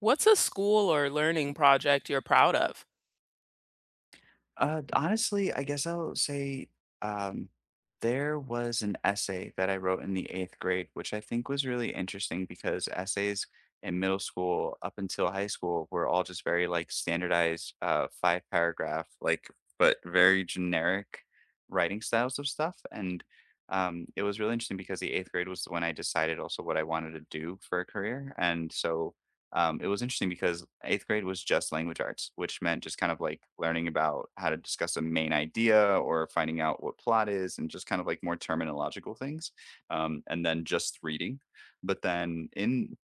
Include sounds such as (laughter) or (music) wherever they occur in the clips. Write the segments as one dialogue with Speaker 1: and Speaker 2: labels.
Speaker 1: What's a school or learning project you're proud of?
Speaker 2: Honestly, I guess I'll say um, there was an essay that I wrote in the eighth grade, which I think was really interesting because essays in middle school up until high school were all just very like standardized, five paragraph, like, but very generic writing styles of stuff. And it was really interesting because the eighth grade was when I decided also what I wanted to do for a career. And so it was interesting because eighth grade was just language arts, which meant just kind of like learning about how to discuss a main idea or finding out what plot is and just kind of like more terminological things, and then just reading. But then in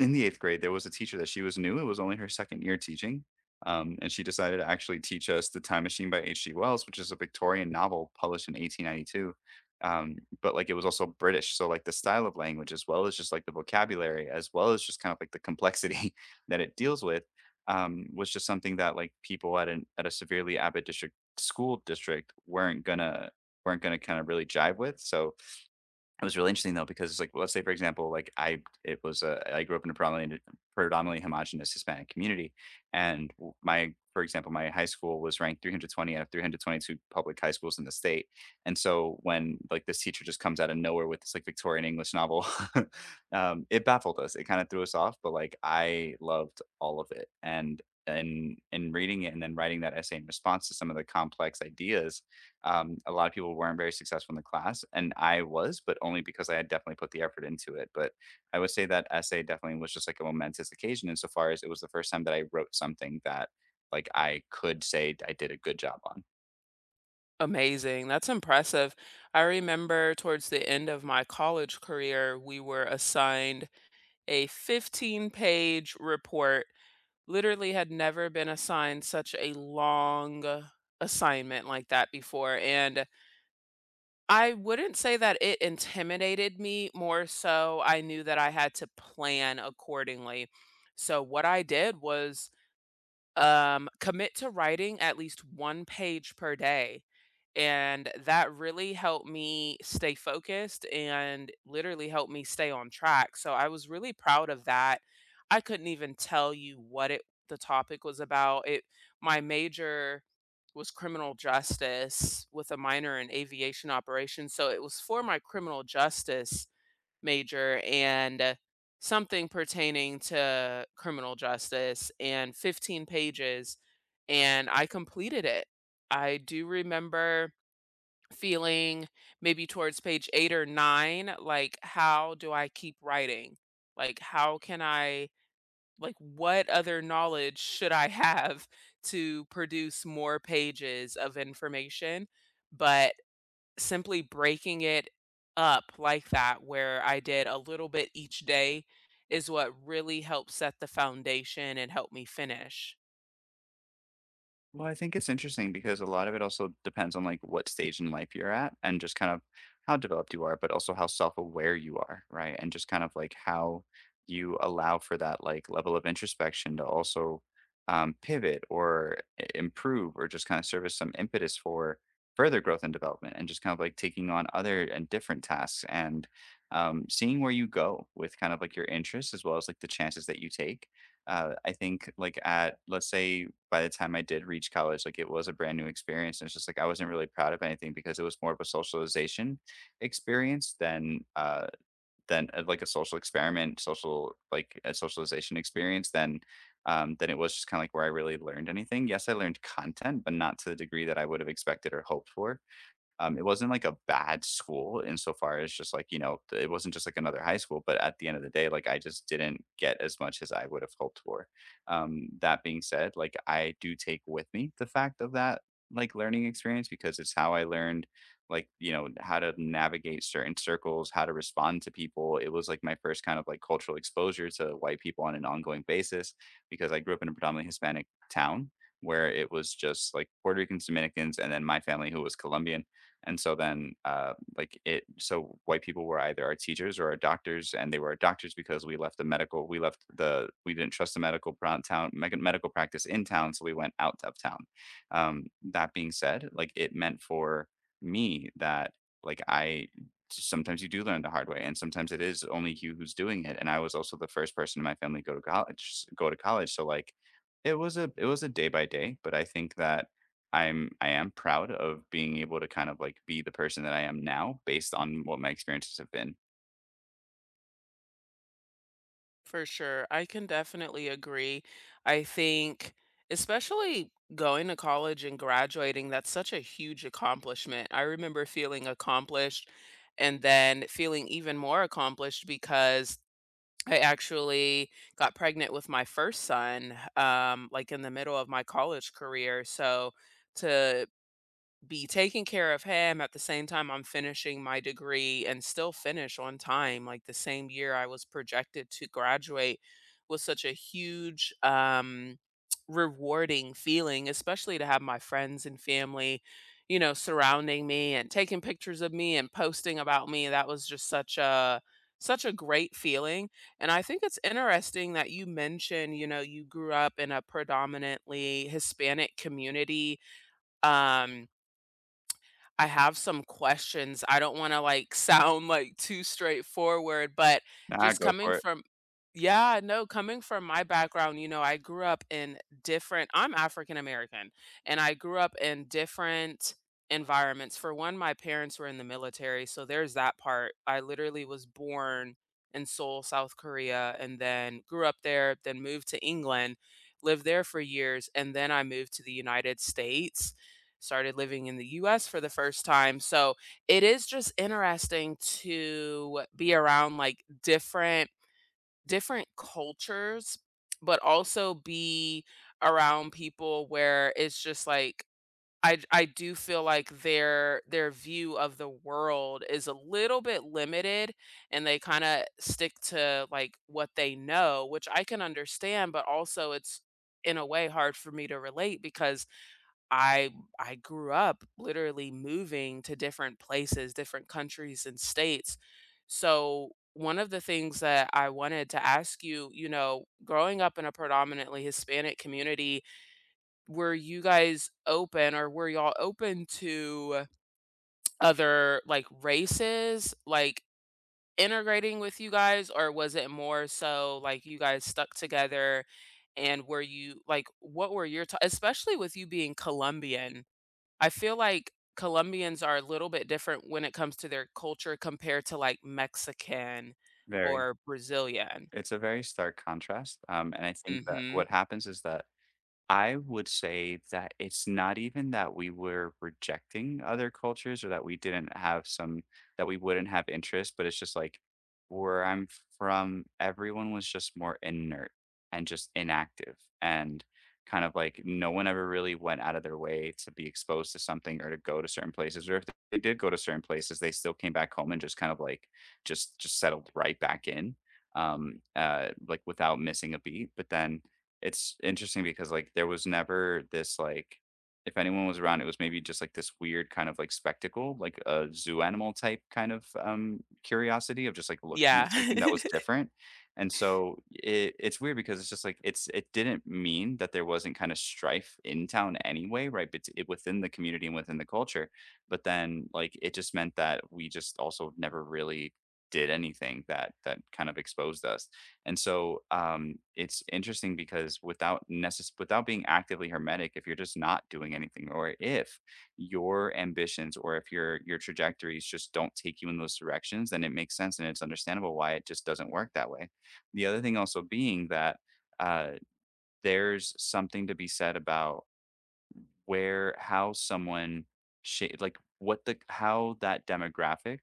Speaker 2: in the 8th grade, there was a teacher that she was new, it was only her 2nd year teaching, and she decided to actually teach us The Time Machine by H.G. Wells, which is a Victorian novel published in 1892, um, but, like, it was also British, so, like, the style of language as well as just, like, the vocabulary, as well as just kind of, like, the complexity (laughs) that it deals with, was just something that, like, people at a severely avid district school district weren't gonna kinda really jive with, so it was really interesting though because, like, well, let's say for example, like, I grew up in a predominantly predominantly homogenous Hispanic community. And, my for example, my high school was ranked 320 out of 322 public high schools in the state. And so when, like, this teacher just comes out of nowhere with this, like, Victorian English novel, (laughs) it baffled us, it kind of threw us off, but, like, I loved all of it. And reading it and then writing that essay in response to some of the complex ideas, a lot of people weren't very successful in the class, and I was, but only because I had definitely put the effort into it. But I would say that essay definitely was just like a momentous occasion insofar as it was the first time that I wrote something that, like, I could say I did a good job on.
Speaker 1: Amazing. That's impressive. I remember towards the end of my college career, we were assigned a 15-page report. Literally had never been assigned such a long assignment like that before. And I wouldn't say that it intimidated me, more so, I knew that I had to plan accordingly. So, what I did was commit to writing at least 1 page per day, and that really helped me stay focused and literally helped me stay on track, so I was really proud of that. I couldn't even tell you what it, the topic was about. It, my major was criminal justice with a minor in aviation operations, so it was for my criminal justice major and something pertaining to criminal justice and 15 pages, and I completed it. I do remember feeling maybe towards page 8 or 9, like, how do I keep writing? Like, how can I, like, what other knowledge should I (laughs) have to produce more pages of information? But simply breaking it up like that, where I did a little bit each day, is what really helped set the foundation and help me finish.
Speaker 2: Well, I think it's interesting because a lot of it also depends on like what stage in life you're at and just kind of how developed you are, but also how self-aware you are, right? And just kind of like how you allow for that like level of introspection to also pivot or improve or just kind of serve as some impetus for further growth and development and just kind of like taking on other and different tasks and seeing where you go with kind of like your interests as well as like the chances that you take. I think like at, let's say, by the time I did reach college, like it was a brand new experience. And it's just like I wasn't really proud of anything because it was more of a socialization experience than like a social experiment, social like a socialization experience than it was just kind of like where I really learned anything. Yes, I learned content, but not to the degree that I would have expected or hoped for. It wasn't like a bad school insofar as just like, you know, it wasn't just like another high school, but at the end of the day, like I just didn't get as much as I would have hoped for. That being said, like I do take with me the fact of that like learning experience because it's how I learned, like, you know, how to navigate certain circles, how to respond to people. It was like my first kind of like cultural exposure to white people on an ongoing basis because I grew up in a predominantly Hispanic town where it was just like Puerto Ricans, Dominicans, and then my family who was Colombian. And so then, like it, so white people were either our teachers or our doctors, and they were our doctors because we left the medical, we left the, we didn't trust the medical town, medical practice in town, so we went out of town. That being said, like it meant for me that, like I, sometimes you do learn the hard way, and sometimes it is only you who's doing it. And I was also the first person in my family to go to college. So, like, it was a day by day, but I think that I am proud of being able to kind of, like, be the person that I am now based on what my experiences have been.
Speaker 1: For sure. I can definitely agree. I think, especially going to college and graduating, that's such a huge accomplishment. I remember feeling accomplished and then feeling even more accomplished because I actually got pregnant with my first son, like in the middle of my college career. So to be taking care of him at the same time I'm finishing my degree and still finish on time. Like the same year I was projected to graduate was such a huge, rewarding feeling, especially to have my friends and family, you know, surrounding me and taking pictures of me and posting about me. That was just such a such a great feeling. And I think it's interesting that you mentioned, you know, you grew up in a predominantly Hispanic community. Um, I have some questions. I don't wanna, like, (laughs) sound, like, too straightforward, but
Speaker 2: Nah,
Speaker 1: just
Speaker 2: go
Speaker 1: coming
Speaker 2: for it.
Speaker 1: from yeah, no, coming from my background, you know, I grew up in different, I'm African American, and I grew up in different environments. For one, my parents were in the military, so there's that part. I literally was born in Seoul, South Korea, and then grew up there, then moved to England, lived there for years, and then I moved to the United States, started living in the US for the first time. So, it is just interesting to be around like different different cultures, but also be around people where it's just like I do feel like their view of the world is a little bit limited and they kind of stick to like what they know, which I can understand, but also it's in a way hard for me to relate because I I grew up literally moving to different places, different countries and states. So one of the things that I wanted to ask you, you know, growing up in a predominantly Hispanic community, were you guys open or were y'all open to other like races, like integrating with you guys, or was it more so like you guys stuck together? And were you like, what were your especially with you being Colombian, I feel like Colombians are a little bit different when it comes to their culture compared to like Mexican
Speaker 2: Very.
Speaker 1: or Brazilian.
Speaker 2: It's a very stark contrast, and I think that what
Speaker 1: Mhm.
Speaker 2: happens is that I would say that it's not even that we were rejecting other cultures or that we didn't have some that we wouldn't have interest, but it's just like where I'm from, everyone was just more inert and just inactive and kind of like no one ever really went out of their way to be exposed to something or to go to certain places. Or if they did go to certain places, they still came back home and just kind of like just settled right back in, like without missing a beat. But then it's interesting because, like, there was never this, like, if anyone was around, it was maybe just, like, this weird kind of, like, spectacle, like a zoo animal type kind of, curiosity of just, like, looking
Speaker 1: Yeah.
Speaker 2: at something that was
Speaker 1: (laughs)
Speaker 2: different, and so it, it's weird because it's just, like, it's it didn't mean that there wasn't kinda strife in town anyway, right? But it within the community and within the culture, but then, like, it just meant that we just also never really did anything that that kind of exposed us. And so, it's interesting because without being actively hermetic, if you're just not doing anything, or if your ambitions, or if your trajectories just don't take you in those directions, then it makes sense and it's understandable why it just doesn't work that way. The other thing also being that, uh, there's something to be said about where how someone sha like, what the how that demographic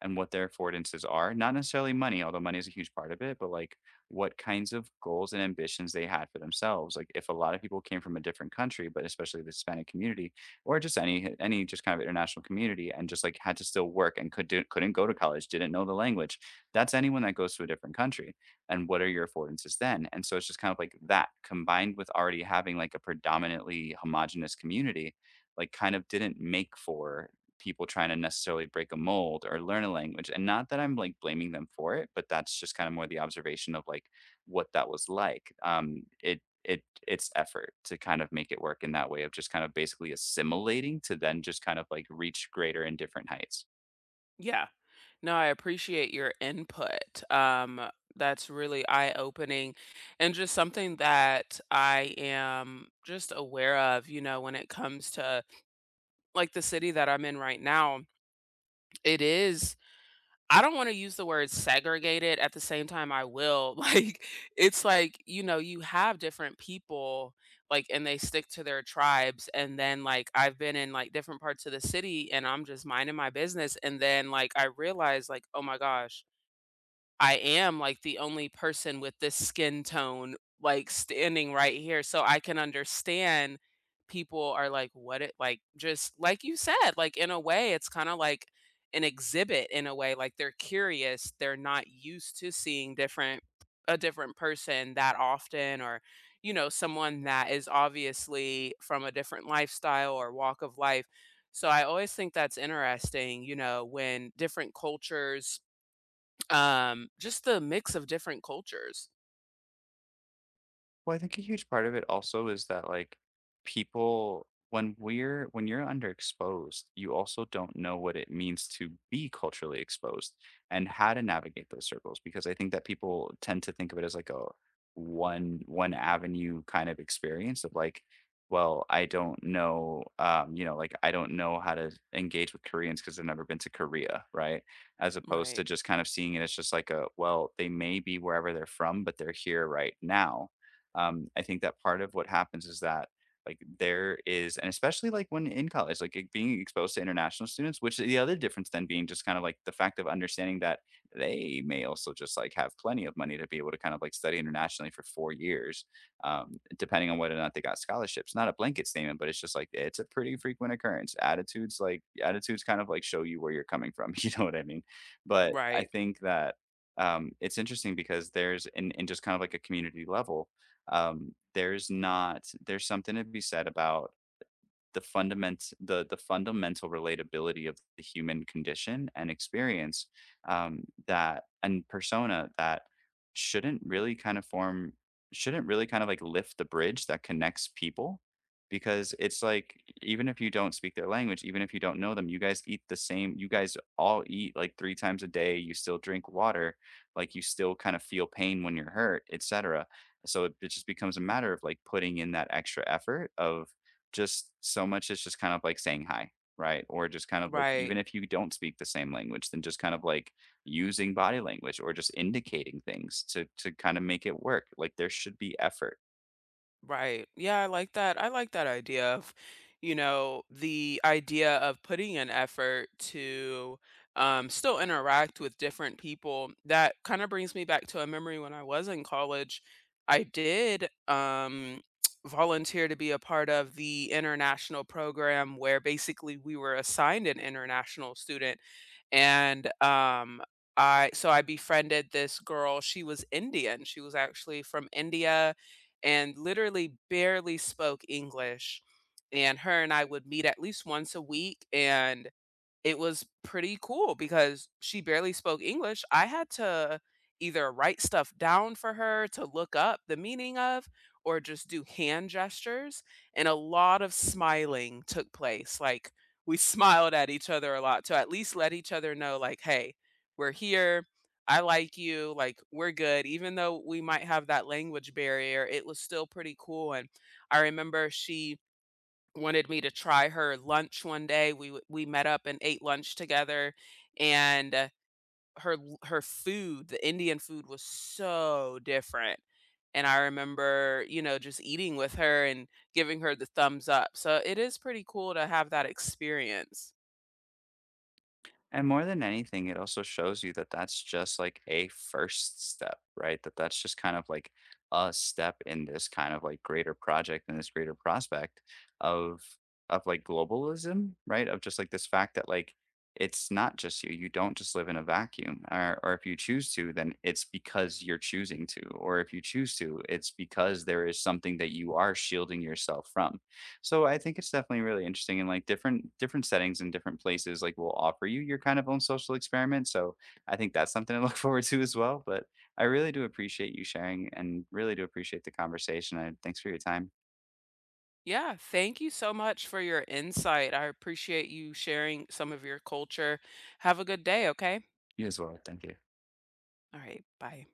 Speaker 2: and what their affordances are, not necessarily money, although money is a huge part of it, but, like, what kinds of goals and ambitions they had for themselves. Like, if a lot of people came from a different country, but especially the Hispanic community, or just any just kind of international community, and just, like, had to still work and could do couldn't go to college, didn't know the language, that's anyone that goes to a different country. And what are your affordances then? And so it's just kind of like that combined with already having like a predominantly homogenous community, like kind of didn't make for people trying to necessarily break a mold or learn a language. And not that I'm like blaming them for it, but that's just kind of more the observation of like what that was like. It's effort to kind of make it work in that way of just kind of basically assimilating to then just kind of like reach greater and different heights.
Speaker 1: Yeah. No, I appreciate your input. That's really eye-opening and just something that I am just aware of, you know, when it comes to like the city that I'm in right now. It is, I don't wanna use the word segregated, at the same time I will, (laughs) like, it's like, you know, you have different people, like, and they stick to their tribes, and then, like, I've been in, like, different parts of the city, and I'm just minding my business, and then, like, I realize, like, "Oh my gosh." I am, like, the only person with this skin tone, like, standing right here, so I can understand people are like, "What it," like, just like you said, like, in a way, it's kinda like an exhibit in a way, like, they're curious, they're not used to seeing different a different person that often or, you know, someone that is obviously from a different lifestyle or walk of life, so I always think that's interesting, you know, when different cultures, just the mix of different cultures.
Speaker 2: Well, I think a huge part of it also is that, like, people when we're when you're underexposed, you also don't know what it means to be culturally exposed and how to navigate those circles, because I think that people tend to think of it as like a one avenue kind of experience of like, well, I don't know, you know, like, I don't know how to engage with Koreans because I've never been to Korea, right? As opposed to
Speaker 1: Right.
Speaker 2: just kind of seeing it as just like a, well, they may be wherever they're from but they're here right now. I think that part of what happens is that like there is, and especially like when in college, like being exposed to international students, which the other difference then being just kind of like the fact of understanding that they may also just like have plenty of money to be able to kind of like study internationally for 4 years, depending on whether or not they got scholarships. Not a blanket statement, but it's just like it's a pretty frequent occurrence. Attitudes, like attitudes kind of like show you where you're coming from. (laughs) You know what I mean? But I
Speaker 1: Right.
Speaker 2: think that it's interesting because there's in just kind of like a community level, there's not there's something to be said about the fundamental relatability of the human condition and experience, um, that and persona that shouldn't really kind of form shouldn't really kind of like lift the bridge that connects people, because it's like even if you don't speak their language, even if you don't know them, you guys eat the same, you guys all eat like three times a day, you still drink water, like you still kind of feel pain when you're hurt, etc. So it just becomes a matter of like putting in that extra effort of just so much is just kind of like saying hi, right? Or just kind of like,
Speaker 1: Right.
Speaker 2: even if you don't speak the same language, then just kind of like using body language or just indicating things to kind of make it work. Like there should be effort.
Speaker 1: Right. Yeah, I like that. I like that idea of, you know, the idea of putting an effort to still interact with different people. That kind of brings me back to a memory when I was in college. I did, (tsk) volunteer to be a part of the international program where basically we were assigned an international student. And so I befriended this girl. She was Indian. She was actually from India and literally barely spoke English, and her and I would meet at least once a week, and it was pretty cool because she barely spoke English. I had to either write stuff down for her to look up the meaning of or just do hand gestures, and a lot of smiling took place. Like, we (laughs) smiled at each other a lot to at least let each other know, like, hey, we're here. I like you. Like, we're good. Even though we might have that language barrier, it was still pretty cool. And I remember she wanted me to try her lunch one day. We met up and ate lunch together, and, her food, the Indian food was so different, and I remember, you know, just eating with her and giving her the thumbs up, so it is pretty cool to have that experience.
Speaker 2: And more than anything, it also shows you that that's just like a first step, right? That that's just kind of like a step in this kind of like greater project and this greater prospect of like globalism, right? Of just like this fact that, like, it's not just you. You don't just live in a vacuum. Or if you choose to, then it's because you're choosing to. Or if you choose to, it's because there is something that you are shielding yourself from. So I think it's definitely really interesting and like different settings and different places like will offer you your kind of own social experiment. So I think that's something to look (laughs) forward to as well. But I really do appreciate you sharing and really do appreciate the conversation. And thanks for your time.
Speaker 1: Yeah, thank you so much for your insight. I appreciate you sharing some of your culture. Have a good day, okay?
Speaker 2: You as well. Thank you.
Speaker 1: Alright, bye.